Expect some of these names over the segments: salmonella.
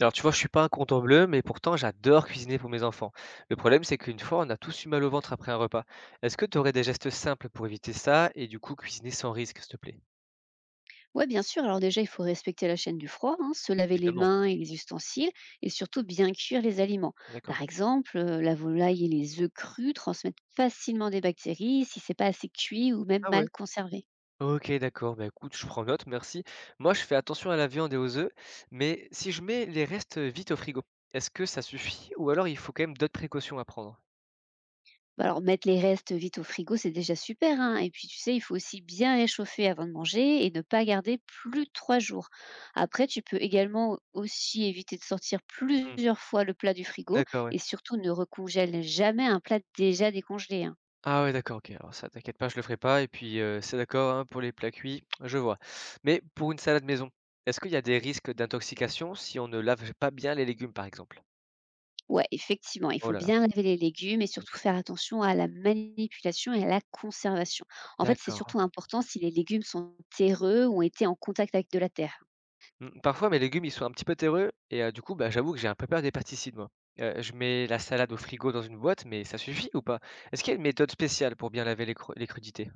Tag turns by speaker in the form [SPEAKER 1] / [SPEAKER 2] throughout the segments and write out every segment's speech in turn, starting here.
[SPEAKER 1] Alors tu vois, je suis pas un content bleu, mais pourtant j'adore cuisiner pour mes enfants. Le problème, c'est qu'une fois, on a tous eu mal au ventre après un repas. Est-ce que tu aurais des gestes simples pour éviter ça et du coup cuisiner sans risque, s'il te plaît?
[SPEAKER 2] Ouais, bien sûr. Alors déjà, il faut respecter la chaîne du froid, hein, se laver les
[SPEAKER 1] Évidemment.
[SPEAKER 2] mains et les ustensiles, et surtout bien cuire les aliments.
[SPEAKER 1] D'accord.
[SPEAKER 2] Par exemple, la volaille et les œufs crus transmettent facilement des bactéries si c'est pas assez cuit ou même
[SPEAKER 1] Ah ouais.
[SPEAKER 2] mal conservé.
[SPEAKER 1] Ok, d'accord. Bah écoute, je prends note, merci. Moi, je fais attention à la viande et aux œufs, mais si je mets les restes vite au frigo, est-ce que ça suffit ou alors il faut quand même d'autres précautions à prendre?
[SPEAKER 2] Bah, alors mettre les restes vite au frigo, c'est déjà super, hein. Et puis tu sais, il faut aussi bien réchauffer avant de manger et ne pas garder plus de 3 jours. Après, tu peux également aussi éviter de sortir
[SPEAKER 1] Hmm,
[SPEAKER 2] plusieurs fois le plat du frigo
[SPEAKER 1] d'accord, ouais.
[SPEAKER 2] et surtout ne recongèle jamais un plat déjà décongelé, hein.
[SPEAKER 1] Ah ouais, d'accord, OK. Alors ça, t'inquiète pas, je le ferai pas et puis, c'est d'accord, hein, pour les plats cuits, je vois. Mais pour une salade maison, est-ce qu'il y a des risques d'intoxication si on ne lave pas bien les légumes, par exemple?
[SPEAKER 2] Ouais, effectivement, il
[SPEAKER 1] Oh
[SPEAKER 2] faut
[SPEAKER 1] là là.
[SPEAKER 2] bien laver les légumes et
[SPEAKER 1] Mmh.
[SPEAKER 2] surtout faire attention à la manipulation et à la conservation. En fait, c'est
[SPEAKER 1] D'accord.
[SPEAKER 2] surtout important si les légumes sont terreux ou ont été en contact avec de la terre.
[SPEAKER 1] Mmh, parfois mes légumes, ils sont un petit peu terreux et du coup, bah, j'avoue que j'ai un peu peur des pesticides, moi. Je mets la salade au frigo dans une boîte, mais ça suffit ou pas? Est-ce qu'il y a une méthode spéciale pour bien laver les crudités?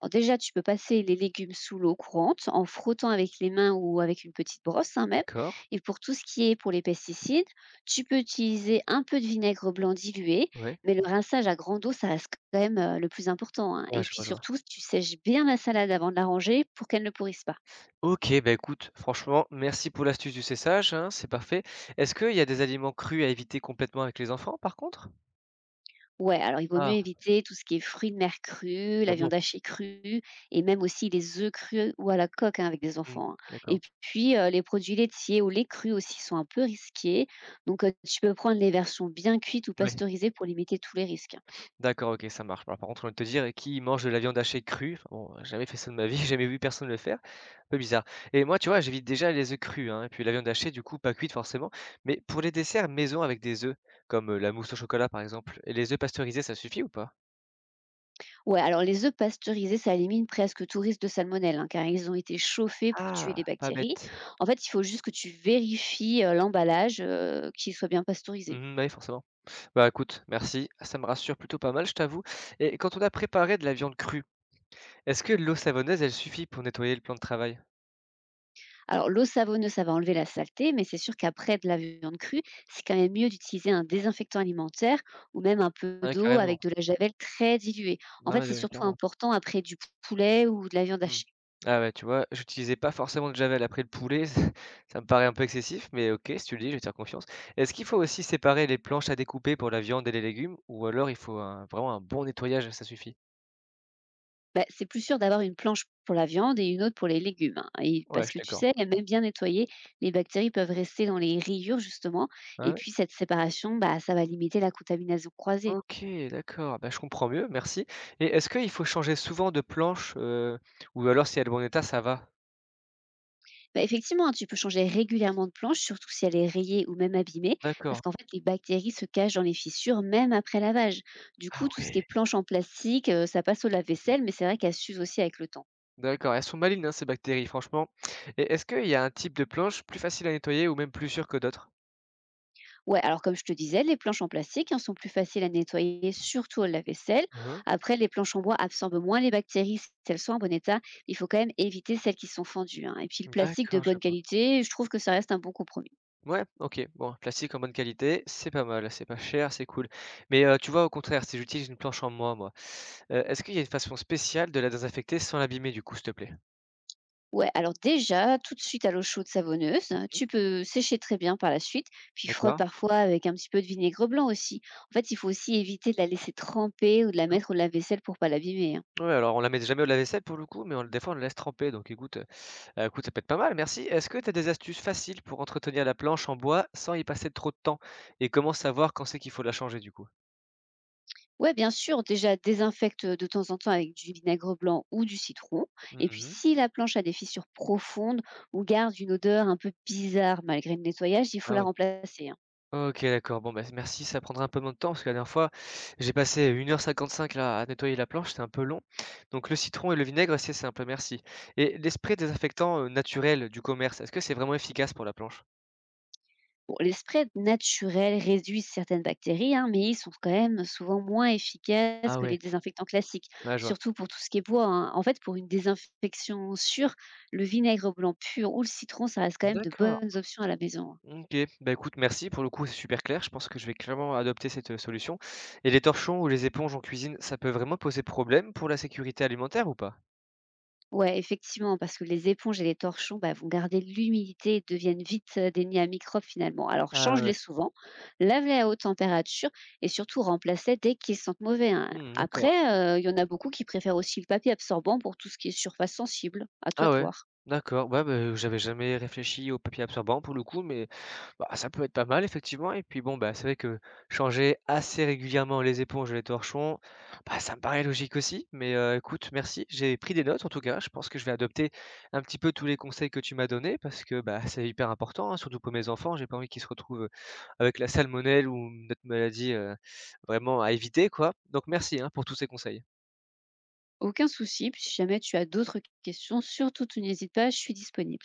[SPEAKER 2] Alors déjà, tu peux passer les légumes sous l'eau courante en frottant avec les mains ou avec une petite brosse, hein, même.
[SPEAKER 1] D'accord,
[SPEAKER 2] Et pour tout ce qui est pour les pesticides, tu peux utiliser un peu de vinaigre blanc dilué,
[SPEAKER 1] ouais.
[SPEAKER 2] mais le rinçage à grande eau, ça reste quand même le plus important, hein.
[SPEAKER 1] Ouais,
[SPEAKER 2] Et
[SPEAKER 1] je vois,
[SPEAKER 2] puis
[SPEAKER 1] je vois.
[SPEAKER 2] surtout, tu sèches bien la salade avant de la ranger pour qu'elle ne pourrisse pas.
[SPEAKER 1] OK, bah, écoute, franchement, merci pour l'astuce du cessage, hein, c'est parfait. Est-ce qu'il y a des aliments crus à éviter complètement avec les enfants, par contre?
[SPEAKER 2] Ouais, alors il vaut mieux
[SPEAKER 1] Ah,
[SPEAKER 2] éviter tout ce qui est fruits de mer crus,
[SPEAKER 1] ah
[SPEAKER 2] la
[SPEAKER 1] bon?
[SPEAKER 2] viande hachée crue et même aussi les œufs crus ou à la coque, hein, avec des
[SPEAKER 1] Mmh,
[SPEAKER 2] enfants, hein.
[SPEAKER 1] d'accord.
[SPEAKER 2] Et puis les produits laitiers ou les crus aussi sont un peu risqués. Donc tu peux prendre les versions bien cuites ou
[SPEAKER 1] Ouais.
[SPEAKER 2] pasteurisées pour limiter tous les risques, hein.
[SPEAKER 1] D'accord, OK, ça marche. Alors par contre, j'ai envie de te dire, qui mange de la viande hachée crue? Enfin bon, j'ai jamais fait ça de ma vie, j'ai jamais vu personne le faire. Un peu bizarre et moi, tu vois, j'évite déjà les œufs crus, hein, et puis la viande hachée, du coup, pas cuite forcément. Mais pour les desserts maison avec des œufs, comme, la mousse au chocolat, par exemple, et les œufs pasteurisés, ça suffit ou pas?
[SPEAKER 2] Ouais, alors les œufs pasteurisés, ça élimine presque tout risque de salmonelle, hein, car ils ont été chauffés pour tuer
[SPEAKER 1] Ah,
[SPEAKER 2] les
[SPEAKER 1] pas
[SPEAKER 2] bactéries.
[SPEAKER 1] bête.
[SPEAKER 2] En fait, il faut juste que tu vérifies l'emballage, qu'il soit bien pasteurisé.
[SPEAKER 1] Mmh, ouais, forcément. Bah, écoute, merci, ça me rassure plutôt pas mal, je t'avoue. Et quand on a préparé de la viande crue, est-ce que l'eau savonneuse, elle suffit pour nettoyer le plan de travail?
[SPEAKER 2] Alors, l'eau savonneuse, ça va enlever la saleté, mais c'est sûr qu'après de la viande crue, c'est quand même mieux d'utiliser un désinfectant alimentaire ou même un peu
[SPEAKER 1] Ah ouais,
[SPEAKER 2] d'eau
[SPEAKER 1] carrément.
[SPEAKER 2] avec de la javel très diluée. En
[SPEAKER 1] Ah
[SPEAKER 2] fait,
[SPEAKER 1] ouais,
[SPEAKER 2] c'est
[SPEAKER 1] ouais,
[SPEAKER 2] surtout
[SPEAKER 1] clairement.
[SPEAKER 2] important après du poulet ou de la viande
[SPEAKER 1] Mmh.
[SPEAKER 2] hachée.
[SPEAKER 1] Ah ouais, tu vois, j'utilisais pas forcément de javel après le poulet, ça me paraît un peu excessif, mais OK, si tu le dis, je vais te faire confiance. Est-ce qu'il faut aussi séparer les planches à découper pour la viande et les légumes, ou alors il faut vraiment un bon nettoyage, ça suffit?
[SPEAKER 2] Bah, c'est plus sûr d'avoir une planche pour la viande et une autre pour les légumes, hein. Et
[SPEAKER 1] Ouais, je
[SPEAKER 2] parce
[SPEAKER 1] suis
[SPEAKER 2] que tu
[SPEAKER 1] d'accord.
[SPEAKER 2] sais, même bien nettoyée, les bactéries peuvent rester dans les rayures justement. Et
[SPEAKER 1] Ah ouais?
[SPEAKER 2] puis cette séparation, bah, ça va limiter la contamination croisée.
[SPEAKER 1] OK, d'accord. Bah, je comprends mieux, merci. Et est-ce qu'il faut changer souvent de planche, ou alors si elle est en bon état, ça va?
[SPEAKER 2] Bah, effectivement, hein, tu peux changer régulièrement de planche, surtout si elle est rayée ou même abîmée, parce
[SPEAKER 1] D'accord.
[SPEAKER 2] qu'en fait, les bactéries se cachent dans les fissures même après lavage. Du
[SPEAKER 1] Ah
[SPEAKER 2] coup, tout ce qui est
[SPEAKER 1] ouais!
[SPEAKER 2] planche en plastique, ça passe au
[SPEAKER 1] Mmh.
[SPEAKER 2] lave-vaisselle, mais c'est vrai qu'elle s'use aussi avec le temps.
[SPEAKER 1] D'accord, elles sont malines, hein, ces bactéries, franchement. Et est-ce qu'il y a un type de planche plus facile à nettoyer ou même plus sûr que d'autres?
[SPEAKER 2] Ouais, alors comme je te disais, les planches en plastique, hein, sont plus faciles à nettoyer, surtout au lave-vaisselle.
[SPEAKER 1] Hein.
[SPEAKER 2] Après, les planches en bois absorbent moins les bactéries si elles sont en bon état. Il faut quand même éviter celles qui sont fendues, hein. Et puis, le plastique de
[SPEAKER 1] D'accord, je
[SPEAKER 2] bonne
[SPEAKER 1] vois.
[SPEAKER 2] qualité, je trouve que ça reste un bon compromis.
[SPEAKER 1] Ouais, OK, bon, plastique en bonne qualité, c'est pas mal, c'est pas cher, c'est cool. Mais, tu vois, au contraire, si j'utilise une planche en est-ce qu'il y a une façon spéciale de la désinfecter sans l'abîmer, du coup, s'il te plaît?
[SPEAKER 2] Ouais, alors déjà, tout de suite à l'eau chaude savonneuse, hein,
[SPEAKER 1] Mmh.
[SPEAKER 2] tu peux sécher très bien par la suite, puis frotte
[SPEAKER 1] D'accord.
[SPEAKER 2] parfois avec un petit peu de vinaigre blanc aussi. En fait, il faut aussi éviter de la laisser tremper ou de la mettre au lave-vaisselle pour pas l'abîmer, hein.
[SPEAKER 1] Ouais, alors on la met jamais au lave-vaisselle pour le coup, mais on des fois on la laisse tremper, donc écoute, bah, écoute, ça peut être pas mal, merci. Est-ce que tu as des astuces faciles pour entretenir la planche en bois sans y passer trop de temps? Et comment savoir quand c'est qu'il faut la changer du coup?
[SPEAKER 2] Ouais, bien sûr, déjà désinfecte de temps en temps avec du vinaigre blanc ou du citron. Et puis
[SPEAKER 1] Mmh.
[SPEAKER 2] si la planche a des fissures profondes ou garde une odeur un peu bizarre malgré le nettoyage, il faut
[SPEAKER 1] Ah
[SPEAKER 2] la
[SPEAKER 1] ouais.
[SPEAKER 2] remplacer, hein.
[SPEAKER 1] OK, d'accord. Bon, bah, merci, ça prendra un peu moins de temps parce que la dernière fois, j'ai passé 1h55 là à nettoyer la planche, c'était un peu long. Donc le citron et le vinaigre, c'est simple, merci. Et les sprays désinfectants, naturels du commerce, est-ce que c'est vraiment efficace pour la planche?
[SPEAKER 2] Bon, les sprays naturels réduisent certaines bactéries, hein, mais ils sont quand même souvent moins efficaces
[SPEAKER 1] Ah
[SPEAKER 2] que
[SPEAKER 1] ouais,
[SPEAKER 2] les désinfectants classiques,
[SPEAKER 1] ouais, je vois.
[SPEAKER 2] surtout pour tout ce qui est bois, hein. En fait, pour une désinfection sûre, le vinaigre blanc pur ou le citron, ça reste quand même de
[SPEAKER 1] D'accord.
[SPEAKER 2] bonnes options à la maison, hein.
[SPEAKER 1] OK. Bah, écoute, merci. Pour le coup, c'est super clair. Je pense que je vais clairement adopter cette, solution. Et les torchons ou les éponges en cuisine, ça peut vraiment poser problème pour la sécurité alimentaire ou pas?
[SPEAKER 2] Ouais, effectivement, parce que les éponges et les torchons, bah, vont garder l'humidité et deviennent vite des nids à microbes finalement. Alors
[SPEAKER 1] Ah ouais, ouais.
[SPEAKER 2] change-les souvent, lave-les à haute température et surtout remplace-les dès qu'ils sentent mauvais, hein.
[SPEAKER 1] Mmh, d'accord.
[SPEAKER 2] Après, il y en a beaucoup qui préfèrent aussi le papier absorbant pour tout ce qui est surface sensible. À toi
[SPEAKER 1] Ah
[SPEAKER 2] de
[SPEAKER 1] ouais,
[SPEAKER 2] voir.
[SPEAKER 1] d'accord. Ouais, bah, j'avais jamais réfléchi au papier absorbant pour le coup, mais bah, ça peut être pas mal effectivement. Et puis bon, bah, c'est vrai que changer assez régulièrement les éponges et les torchons, bah, ça me paraît logique aussi. Mais écoute, merci. J'ai pris des notes en tout cas. Je pense que je vais adopter un petit peu tous les conseils que tu m'as donnés parce que bah, c'est hyper important, hein, surtout pour mes enfants. J'ai pas envie qu'ils se retrouvent avec la salmonelle ou notre maladie vraiment à éviter, quoi. Donc merci hein, pour tous ces conseils.
[SPEAKER 2] Aucun souci, puis si jamais tu as d'autres questions, surtout tu n'hésites pas, je suis disponible.